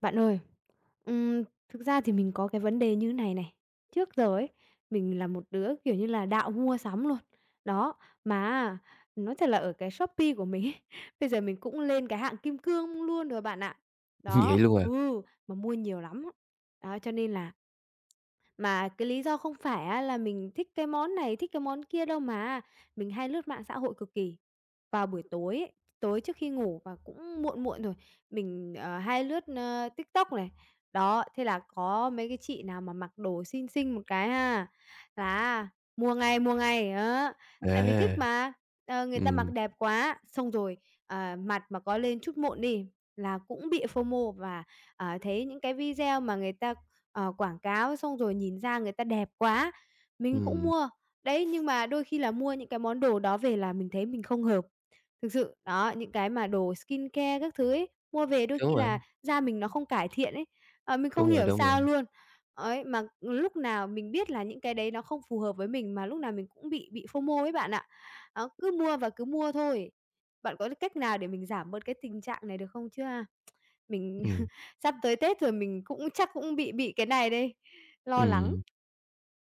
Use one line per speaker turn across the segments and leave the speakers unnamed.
Bạn ơi, thực ra thì mình có cái vấn đề như này này. Trước giờ ấy, mình là một đứa, kiểu như là, đạo mua sắm luôn. Đó, mà nói thật là ở cái Shopee của mình ấy, bây giờ mình cũng lên cái hạng kim cương luôn rồi bạn ạ.
Vậy
Đó,
luôn à?
ừ, mà mua nhiều lắm. Đó, cho nên là mà cái lý do không phải á là mình thích cái món này, thích cái món kia đâu mà, mình hay lướt mạng xã hội cực kỳ. Vào buổi tối ấy, tối trước khi ngủ và cũng muộn muộn rồi, mình, hay lướt, TikTok này. Đó, thế là có mấy cái chị nào mà mặc đồ xinh xinh một cái ha, là mua ngay, đó,
À,
tại vì thích mà, người ta mặc
ừm,
đẹp quá, xong rồi, mặt mà có lên chút mụn đi là cũng bị phô mô và, thấy những cái video mà người ta quảng cáo, xong rồi nhìn ra người ta đẹp quá, mình cũng
ừm,
mua. Đấy, nhưng mà đôi khi là mua những cái món đồ đó về là mình thấy mình không hợp. Thực sự, đó, những cái mà đồ skincare các thứ ấy, mua về đôi
đúng
khi
rồi,
là da mình nó không cải thiện ấy, mình không
đúng rồi,
hiểu
đúng rồi,
sao luôn. Ấy, mà lúc nào mình biết là những cái đấy nó không phù hợp với mình mà lúc nào mình cũng bị FOMO ấy bạn ạ. Đó, cứ mua và cứ mua thôi. Bạn có cái cách nào để mình giảm bớt cái tình trạng này được không? Chưa mình
ừm,
sắp tới Tết rồi mình cũng chắc cũng bị cái này đây, lo lắng.
ừm,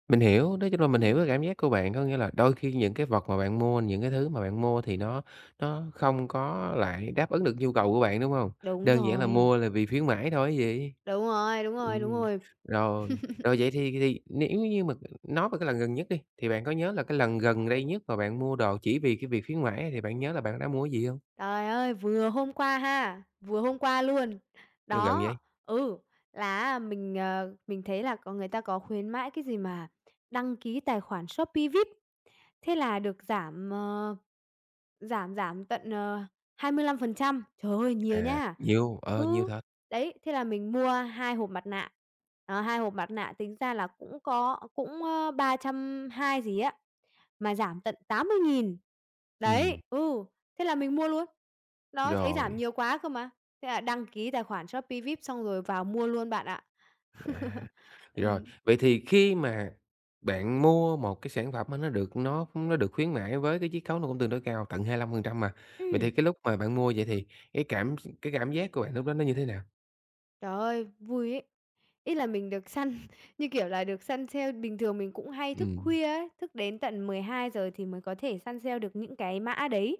mình hiểu, nói chung là mình hiểu
Ừm.
cái cảm giác của bạn. Có nghĩa là đôi khi những cái vật mà bạn mua, những cái thứ mà bạn mua thì nó không có lại đáp ứng được nhu cầu của bạn, đúng hông?
Đúng
Đơn giản là
rồi,
mua là vì khuyến mãi thôi chứ gì.
đúng rồi, đúng rồi, đúng
Ừm,
rồi.
rồi, rồi vậy thì nếu như mà nói về cái lần gần nhất đi, thì bạn có nhớ là cái lần gần đây nhất mà bạn mua đồ chỉ vì cái việc khuyến mãi thì bạn nhớ là bạn đã mua cái gì hông?
Trời ơi, vừa hôm qua ha, vừa hôm qua luôn.
Gần vậy?
Đó, ừ, là mình, mình thấy là có người ta có khuyến mãi cái gì mà đăng ký tài khoản Shopee VIP, thế là được giảm, giảm tận, 25%. Trời ơi, nhiều
À,
nha.
nhiều, nhiều
Ừ,
thật.
đấy, thế là mình mua 2 hộp mặt nạ, hai hộp mặt nạ tính ra là cũng có cũng, 320 gì á. Mà giảm tận 80.000. Đấy,
Ừm.
ừ, thế là mình mua luôn. Nó thấy giảm
Rồi,
nhiều quá cơ mà. Thế là đăng ký tài khoản Shopee VIP xong rồi vào mua luôn bạn ạ.
à, rồi,
Ừm,
vậy thì khi mà bạn mua một cái sản phẩm mà nó được khuyến mãi với cái chiết khấu nó cũng tương đối cao, tận 25%, mà, vậy thì
ừm.
cái lúc mà bạn mua vậy thì cái cảm cái cảm giác của bạn lúc đó nó như thế nào?
Trời ơi, vui ấy! Ý là mình được săn như kiểu là, được săn sale, bình thường mình cũng hay thức
Ừm,
khuya ấy, thức đến tận 12 giờ thì mới có thể săn sale được những cái mã đấy.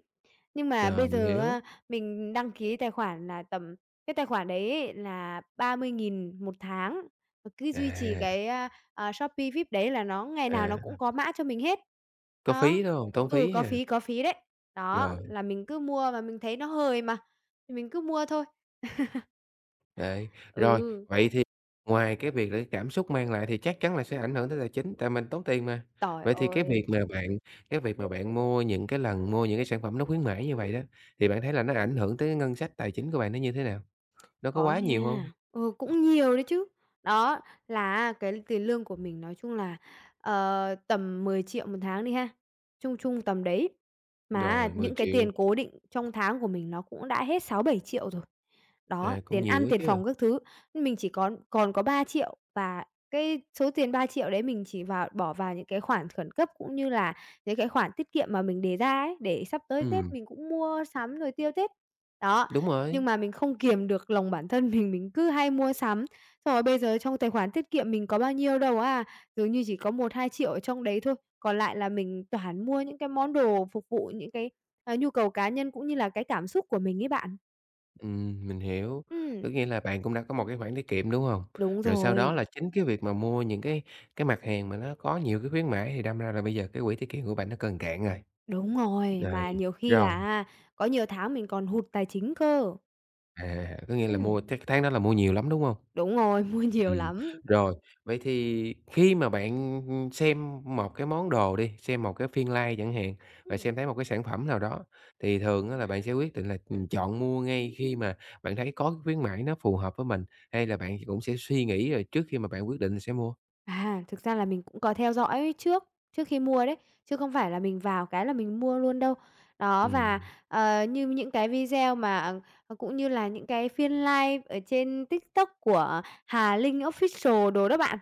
Nhưng mà bây
rồi, mình
giờ
hiểu.
á, mình đăng ký tài khoản là tầm cái tài khoản đấy ấy là 30.000 một tháng, và cứ duy trì
À,
cái, Shopee VIP đấy là nó ngày nào
à,
nó cũng có mã cho mình hết.
có
Đó.
phí, đúng hông? Tốn
Ừ,
phí ha,
có phí đấy. Đó,
rồi.
là mình cứ mua và mình thấy nó hời mà, thì mình cứ mua thôi.
Đấy, rồi,
Ừ.
vậy thì ngoài cái việc là cái cảm xúc mang lại thì chắc chắn là sẽ ảnh hưởng tới tài chính, tại mình tốn tiền mà.
Trời
Vậy thì
ơi,
cái việc mà bạn mua những cái sản phẩm nó khuyến mãi như vậy đó, thì bạn thấy là nó ảnh hưởng tới ngân sách tài chính của bạn nó như thế nào? Nó có
có
quá nhiều hông?
nha. Ừ, cũng nhiều đấy chứ. Đó, là cái tiền lương của mình nói chung là, tầm 10 triệu một tháng đi ha, chung chung tầm đấy. Mà
Rồi, mười
những cái
triệu
tiền cố định trong tháng của mình nó cũng đã hết 6 7 triệu rồi. Đó,
à, cũng
tiền
nhiều
ăn,
á
tiền
chứ.
phòng các thứ, mình chỉ còn còn có 3 triệu và cái số tiền 3 triệu đấy mình chỉ vào bỏ vào những cái khoản khẩn cấp, cũng như là những cái khoản tiết kiệm mà mình đề ra ấy, để sắp tới Tết
Ừm,
mình cũng mua sắm rồi tiêu Tết. Đó,
đúng rồi,
nhưng mà mình không kiềm được lòng bản thân mình cứ hay mua sắm. Xong rồi bây giờ trong tài khoản tiết kiệm mình có bao nhiêu đâu à, dường như chỉ có 1 2 triệu ở trong đấy thôi, còn lại là mình toàn mua những cái món đồ phục vụ những cái, nhu cầu cá nhân cũng như là cái cảm xúc của mình ấy bạn.
mình hiểu.
Ừm.
Có nghĩa là bạn cũng đã có một cái khoản tiết kiệm, đúng hông?
Đúng
Rồi sau đó
rồi,
là chính cái việc mà mua những cái mặt hàng mà nó có nhiều cái khuyến mãi thì đâm ra là bây giờ cái quỹ tiết kiệm của bạn nó cần cạn rồi.
đúng rồi,
Rồi,
mà nhiều khi
rồi,
là à, có nhiều tháng mình còn hụt tài chính cơ.
à, có nghĩa là
Ừm.
mua chắc tháng đó là mua nhiều lắm, đúng hông?
Đúng rồi, mua nhiều
Ừm,
lắm.
rồi, vậy thì khi mà bạn, xem một cái món đồ đi, xem một cái phiên live chẳng hạn, và
Ừm.
xem thấy một cái sản phẩm nào đó, thì thường á là bạn sẽ quyết định là, chọn mua ngay khi mà bạn thấy có cái khuyến mãi nó phù hợp với mình, hay là bạn cũng sẽ suy nghĩ rồi trước khi mà bạn quyết định sẽ mua?
À, thực ra là mình cũng có theo dõi trước trước khi mua đấy, chứ không phải là mình vào cái là mình mua luôn đâu. Đó, và,
Ừm,
như những cái video mà, cũng như là những cái phiên live ở trên TikTok của Hà Linh Official đồ đó bạn.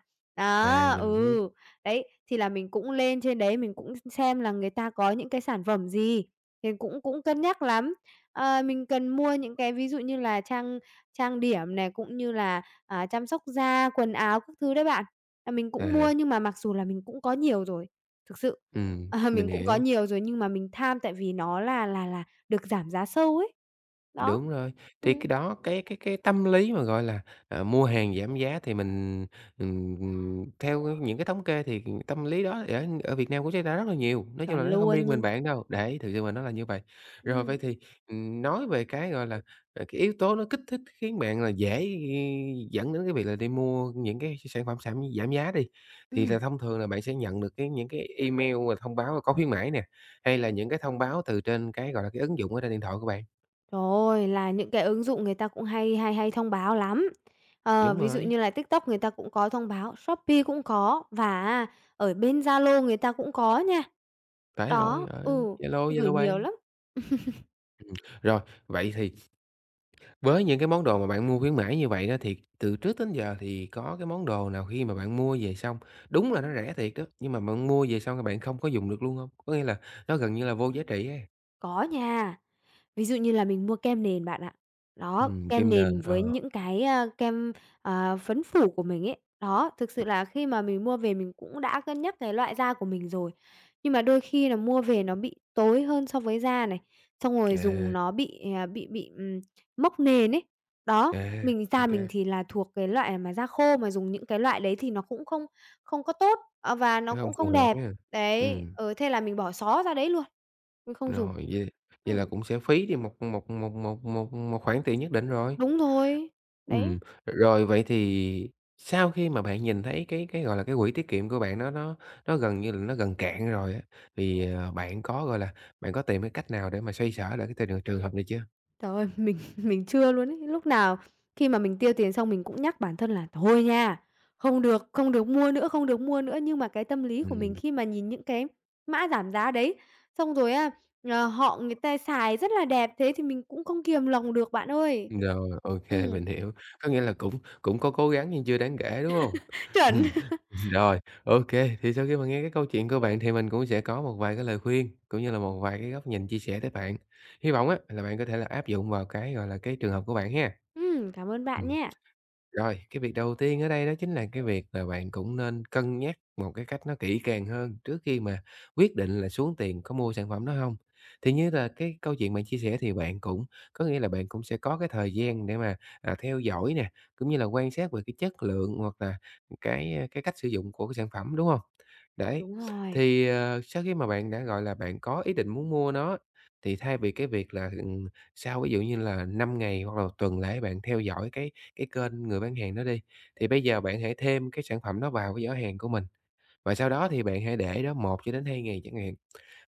à,
Đó,
mình biết,
ừ, đấy, thì là mình cũng lên trên đấy mình cũng xem là người ta có những cái sản phẩm gì, thì cũng cũng cân nhắc lắm. Ờ, mình cần mua những cái ví dụ như là trang trang điểm này, cũng như là, chăm sóc da, quần áo các thứ đấy bạn. Là mình cũng
à,
mua nhưng mà mặc dù là mình cũng có nhiều rồi, thực sự. Ờ,
mình
mình cũng có
hiểu.
nhiều rồi nhưng mà mình tham tại vì nó là được giảm giá sâu ấy. Đó.
Đúng rồi, thì
Ừm.
cái đó cái tâm lý mà, gọi là, mua hàng giảm giá thì mình, ừm, theo những cái thống kê thì tâm lý đó ở ở Việt Nam cũng xảy ra rất là nhiều, nói chung
Chuẩn
là nó không
luôn
riêng mình
nhưng
bạn đâu, đấy, thực sự mà nó là như vậy. Rồi vậy
Ừm,
thì, nói về cái, gọi là, cái yếu tố nó kích thích khiến bạn là dễ dẫn đến cái việc là đi mua những cái sản phẩm giảm giảm giá đi, thì
ừm.
thông thường là bạn sẽ nhận được những cái email và thông báo có khuyến mãi nè, hay là những cái thông báo từ trên cái, gọi là, cái ứng dụng ở trên điện thoại của bạn?
Trời ơi, là những cái ứng dụng người ta cũng hay hay hay thông báo lắm. Ờ,
Đúng
ví dụ
rồi.
như là TikTok người ta cũng có thông báo, Shopee cũng có và á ở bên Zalo người ta cũng có nha.
Phải rồi,
Đó,
ở
ừ,
Zalo,
gửi
Zalo
nhiều
Pay.
lắm.
Rồi, vậy thì với những cái món đồ mà bạn mua khuyến mãi như vậy đó, thì từ trước đến giờ thì có cái món đồ nào khi mà bạn mua về xong, đúng là nó rẻ thiệt đó, nhưng mà bạn mua về xong thì bạn không có dùng được luôn hông? Có nghĩa là nó gần như là vô giá trị ấy.
Có nha. Ví dụ như là mình mua kem nền bạn ạ. Đó, kem
Kim
nền
nền,
với những cái, kem, phấn phủ của mình ấy. Đó, thực sự là khi mà mình mua về mình cũng đã cân nhắc cái loại da của mình rồi, nhưng mà đôi khi là mua về nó bị tối hơn so với da này, xong rồi
à,
dùng nó bị, mốc nền ấy. Đó, mình
ô
da
kê,
mình thì là thuộc cái loại mà da khô mà dùng những cái loại đấy thì nó cũng không không có tốt, và nó
nó hông
cũng không
phù hợp
đẹp.
ha.
Đấy,
Ừm,
ừ, thế là mình bỏ xó ra đấy luôn, mình không
rồi,
dùng.
vậy vậy là
Ừm.
cũng sẽ phí đi một một một một một một khoản tiền nhất định rồi.
Đúng rồi, đấy.
Ừm, rồi vậy thì sau khi mà bạn nhìn thấy cái, gọi là, cái quỹ tiết kiệm của bạn nó gần như là nó gần cạn rồi á, thì, bạn có, gọi là, bạn có tìm cái cách nào để mà xoay sở lại cái trường trường hợp này chưa?
Trời ơi, mình chưa luôn ấy. Lúc nào khi mà mình tiêu tiền xong mình cũng nhắc bản thân là "Thôi nha, không được, không được mua nữa." Nhưng mà cái tâm lý của mình
Ừm.
khi mà nhìn những cái mã giảm giá đấy, xong rồi á, họ người ta xài rất là đẹp, thế thì mình cũng không kiềm lòng được bạn ơi.
Rồi, ok
Ừm.
mình hiểu. Có nghĩa là cũng cũng có cố gắng nhưng chưa đáng kể, đúng hông?
Chuẩn.
Ừm, rồi, ok thì sau khi mà nghe cái câu chuyện của bạn thì mình cũng sẽ có một vài cái lời khuyên, cũng như là một vài cái góc nhìn chia sẻ tới bạn. Hy vọng á là bạn có thể là áp dụng vào cái, gọi là, cái trường hợp của bạn ha.
Cảm ơn bạn
Ừm.
nhé.
Rồi, cái việc đầu tiên ở đây đó chính là cái việc là bạn cũng nên cân nhắc một cái cách nó kỹ càng hơn trước khi mà quyết định là xuống tiền có mua sản phẩm đó hông. Thì như là cái câu chuyện bạn chia sẻ thì bạn cũng có nghĩa là bạn cũng sẽ có cái thời gian để mà, theo dõi nè, cũng như là quan sát về cái chất lượng hoặc là cái cách sử dụng của cái sản phẩm, đúng không? Đấy,
Đúng rồi.
thì, sau khi mà bạn đã, gọi là, bạn có ý định muốn mua nó, thì thay vì cái việc là, sau ví dụ như là 5 ngày hoặc là 1 tuần lễ bạn theo dõi cái kênh người bán hàng đó đi, thì bây giờ bạn hãy thêm cái sản phẩm đó vào cái giỏ hàng của mình, và sau đó thì bạn hãy để đó một cho đến 2 ngày chẳng hạn.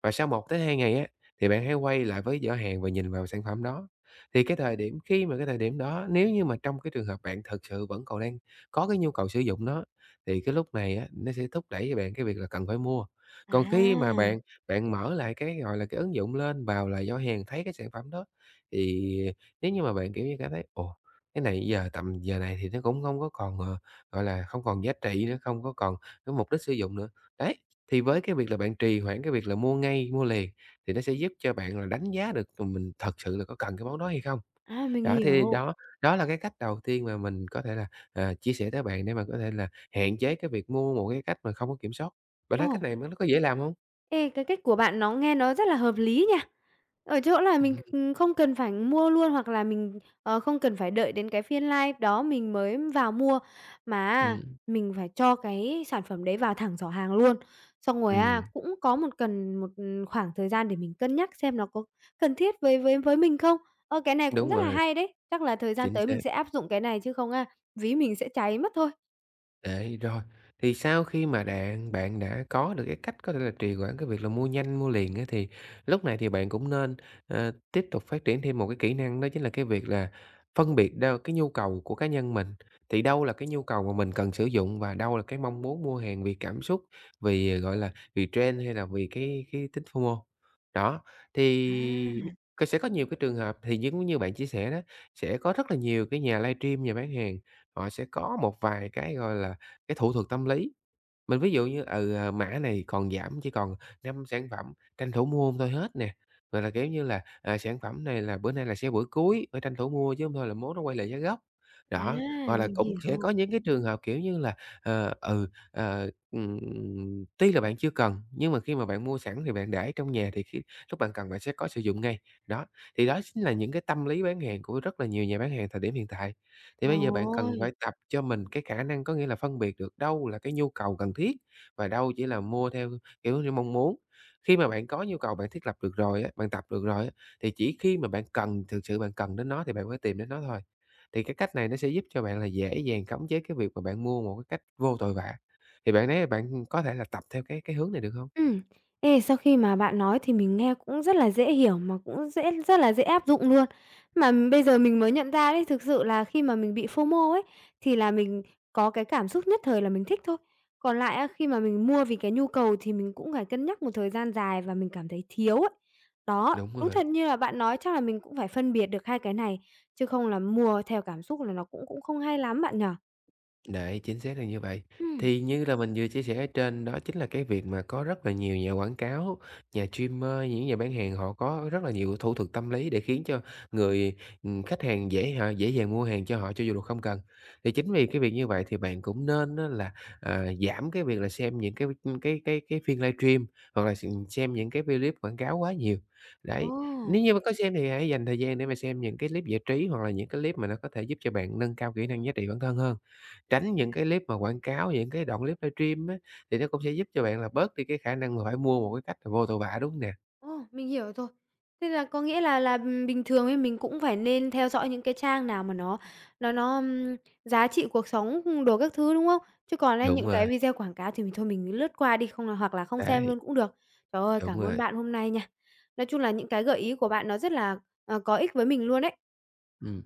Và sau một tới 2 ngày á, thì bạn hãy quay lại với giỏ hàng và nhìn vào sản phẩm đó. Thì cái thời điểm đó, nếu như mà trong cái trường hợp bạn thực sự vẫn còn đang có cái nhu cầu sử dụng nó, thì cái lúc này á, nó sẽ thúc đẩy cho bạn cái việc là cần phải mua. Còn khi mà
À,
bạn bạn mở lại cái, gọi là, cái ứng dụng lên, vào lại giỏ hàng, thấy cái sản phẩm đó, thì nếu như mà bạn, kiểu như, cảm thấy "Ồ, cái này giờ tầm giờ này thì nó cũng không có còn, gọi là, không còn giá trị nữa, không có còn cái mục đích sử dụng nữa." Đấy, thì với cái việc là bạn trì hoãn cái việc là mua ngay, mua liền thì nó sẽ giúp cho bạn là đánh giá được, mình thật sự là có cần cái món đó hay không.
mình
Đó, thì
hiểu.
đó đó là cái cách đầu tiên mà mình có thể là, chia sẻ tới bạn để mà có thể là hạn chế cái việc mua một cái cách mà không có kiểm soát. Bạn
Ờ.
thấy cách này nó có dễ làm không?
Ê, cái cách của bạn nó nghe nó rất là hợp lý nha. Ở chỗ là mình,
Ừm,
không cần phải mua luôn hoặc là mình, không cần phải đợi đến cái phiên live đó mình mới vào mua, mà á
ừm.
mình phải cho cái sản phẩm đấy vào thẳng giỏ hàng luôn. Xong rồi á,
Ừm,
cũng có một cần một, khoảng thời gian để mình cân nhắc xem nó có cần thiết với mình không? Ơ, cái này cũng
đúng
rất là
rồi,
hay đấy, chắc là thời gian
chính
tới
xác.
mình sẽ áp dụng cái này chứ không á, ví mình sẽ cháy mất thôi.
Đấy, rồi. Thì sau khi mà bạn đã có được cái cách có thể là trì hoãn cái việc là mua nhanh, mua liền á, thì lúc này thì bạn cũng nên, tiếp tục phát triển thêm một cái kỹ năng đó chính là cái việc là phân biệt đâu cái nhu cầu của cá nhân mình, thì đâu là cái nhu cầu mà mình cần sử dụng và đâu là cái mong muốn mua hàng vì cảm xúc, vì, gọi là, vì trend hay là vì cái tính FOMO. Đó, thì
À.
c sẽ có nhiều cái trường hợp thì giống như bạn chia sẻ đó, sẽ có rất là nhiều cái nhà livestream, nhà bán hàng, họ sẽ có một vài cái, gọi là cái thủ thuật tâm lý, mình ví dụ như, mã này còn giảm chỉ còn 5 sản phẩm, tranh thủ mua hông thôi hết nè. Rồi là, kiểu như là, à, sản phẩm này là bữa nay là sẽ bữa cuối, phải tranh thủ mua chứ không thôi là mốt nó quay lại giá gốc.
À,
Đó, hoặc là
mình
cũng sẽ
hiểu.
có những cái trường hợp, kiểu như là, tuy là bạn chưa cần, nhưng mà khi mà bạn mua sẵn thì bạn để trong nhà thì lúc bạn cần bạn sẽ có sử dụng ngay. Đó, thì đó chính là những cái tâm lý bán hàng của rất là nhiều nhà bán hàng thời điểm hiện tại. Thì bây giờ bạn cần
Rồi.
phải tập cho mình cái khả năng có nghĩa là phân biệt được đâu là cái nhu cầu cần thiết và đâu chỉ là mua theo, kiểu như, mong muốn. Khi mà bạn có nhu cầu bạn thiết lập được rồi á, bạn tập được rồi á, thì chỉ khi mà bạn cần thực sự bạn cần đến nó thì bạn mới tìm đến nó thôi. Thì cái cách này nó sẽ giúp cho bạn là dễ dàng khống chế cái việc mà bạn mua một cái cách vô tội vạ. Thì bạn thấy là bạn có thể là tập theo cái hướng này được không?
Ừm. Ê, sau khi mà bạn nói thì mình nghe cũng rất là dễ hiểu mà cũng rất là dễ áp dụng luôn. Mà bây giờ mình mới nhận ra đấy, thực sự là khi mà mình bị FOMO ấy, thì là mình có cái cảm xúc nhất thời là mình thích thôi. Còn lại á, khi mà mình mua vì cái nhu cầu thì mình cũng phải cân nhắc một thời gian dài và mình cảm thấy thiếu ấy. Đó,
Đúng
đúng
rồi.
thật như là bạn nói chắc là mình cũng phải phân biệt được hai cái này, chứ không là mua theo cảm xúc là nó cũng cũng không hay lắm bạn nhỉ?
Đấy, chính xác là như vậy.
Ừm.
Thì như là mình vừa chia sẻ ở trên đó chính là cái việc mà có rất là nhiều nhà quảng cáo, nhà streamer, những nhà bán hàng họ có rất là nhiều thủ thuật tâm lý để khiến cho người, khách hàng dễ dàng mua hàng cho họ cho dù là không cần. Thì chính vì cái việc như vậy thì bạn cũng nên á là, giảm cái việc là xem những cái, cái phiên livestream hoặc là xem những cái clip quảng cáo quá nhiều. Đấy,
Ồ!
nếu như mà có xem thì hãy dành thời gian để mà xem những cái clip giải trí hoặc là những cái clip mà nó có thể giúp cho bạn nâng cao kỹ năng giá trị bản thân hơn. Tránh những cái clip mà quảng cáo, những cái đoạn clip livestream á, thì nó cũng sẽ giúp cho bạn là bớt đi cái khả năng mà phải mua một cái cách là vô tội vạ, đúng hông nè?
Ồ, mình hiểu rồi. Thế là có nghĩa là bình thường ấy mình cũng phải nên theo dõi những cái trang nào mà nó giá trị cuộc sống, đồ các thứ, đúng không? Chứ còn á
Đúng
những cái
rồi,
video quảng cáo thì mình thôi mình lướt qua đi, không là hoặc là không xem
đấy,
luôn cũng được. Trời ơi,
đúng
cảm ơn
rồi,
bạn hôm nay nha. Nói chung là những cái gợi ý của bạn nó rất là, có ích với mình luôn đấy.
ừm.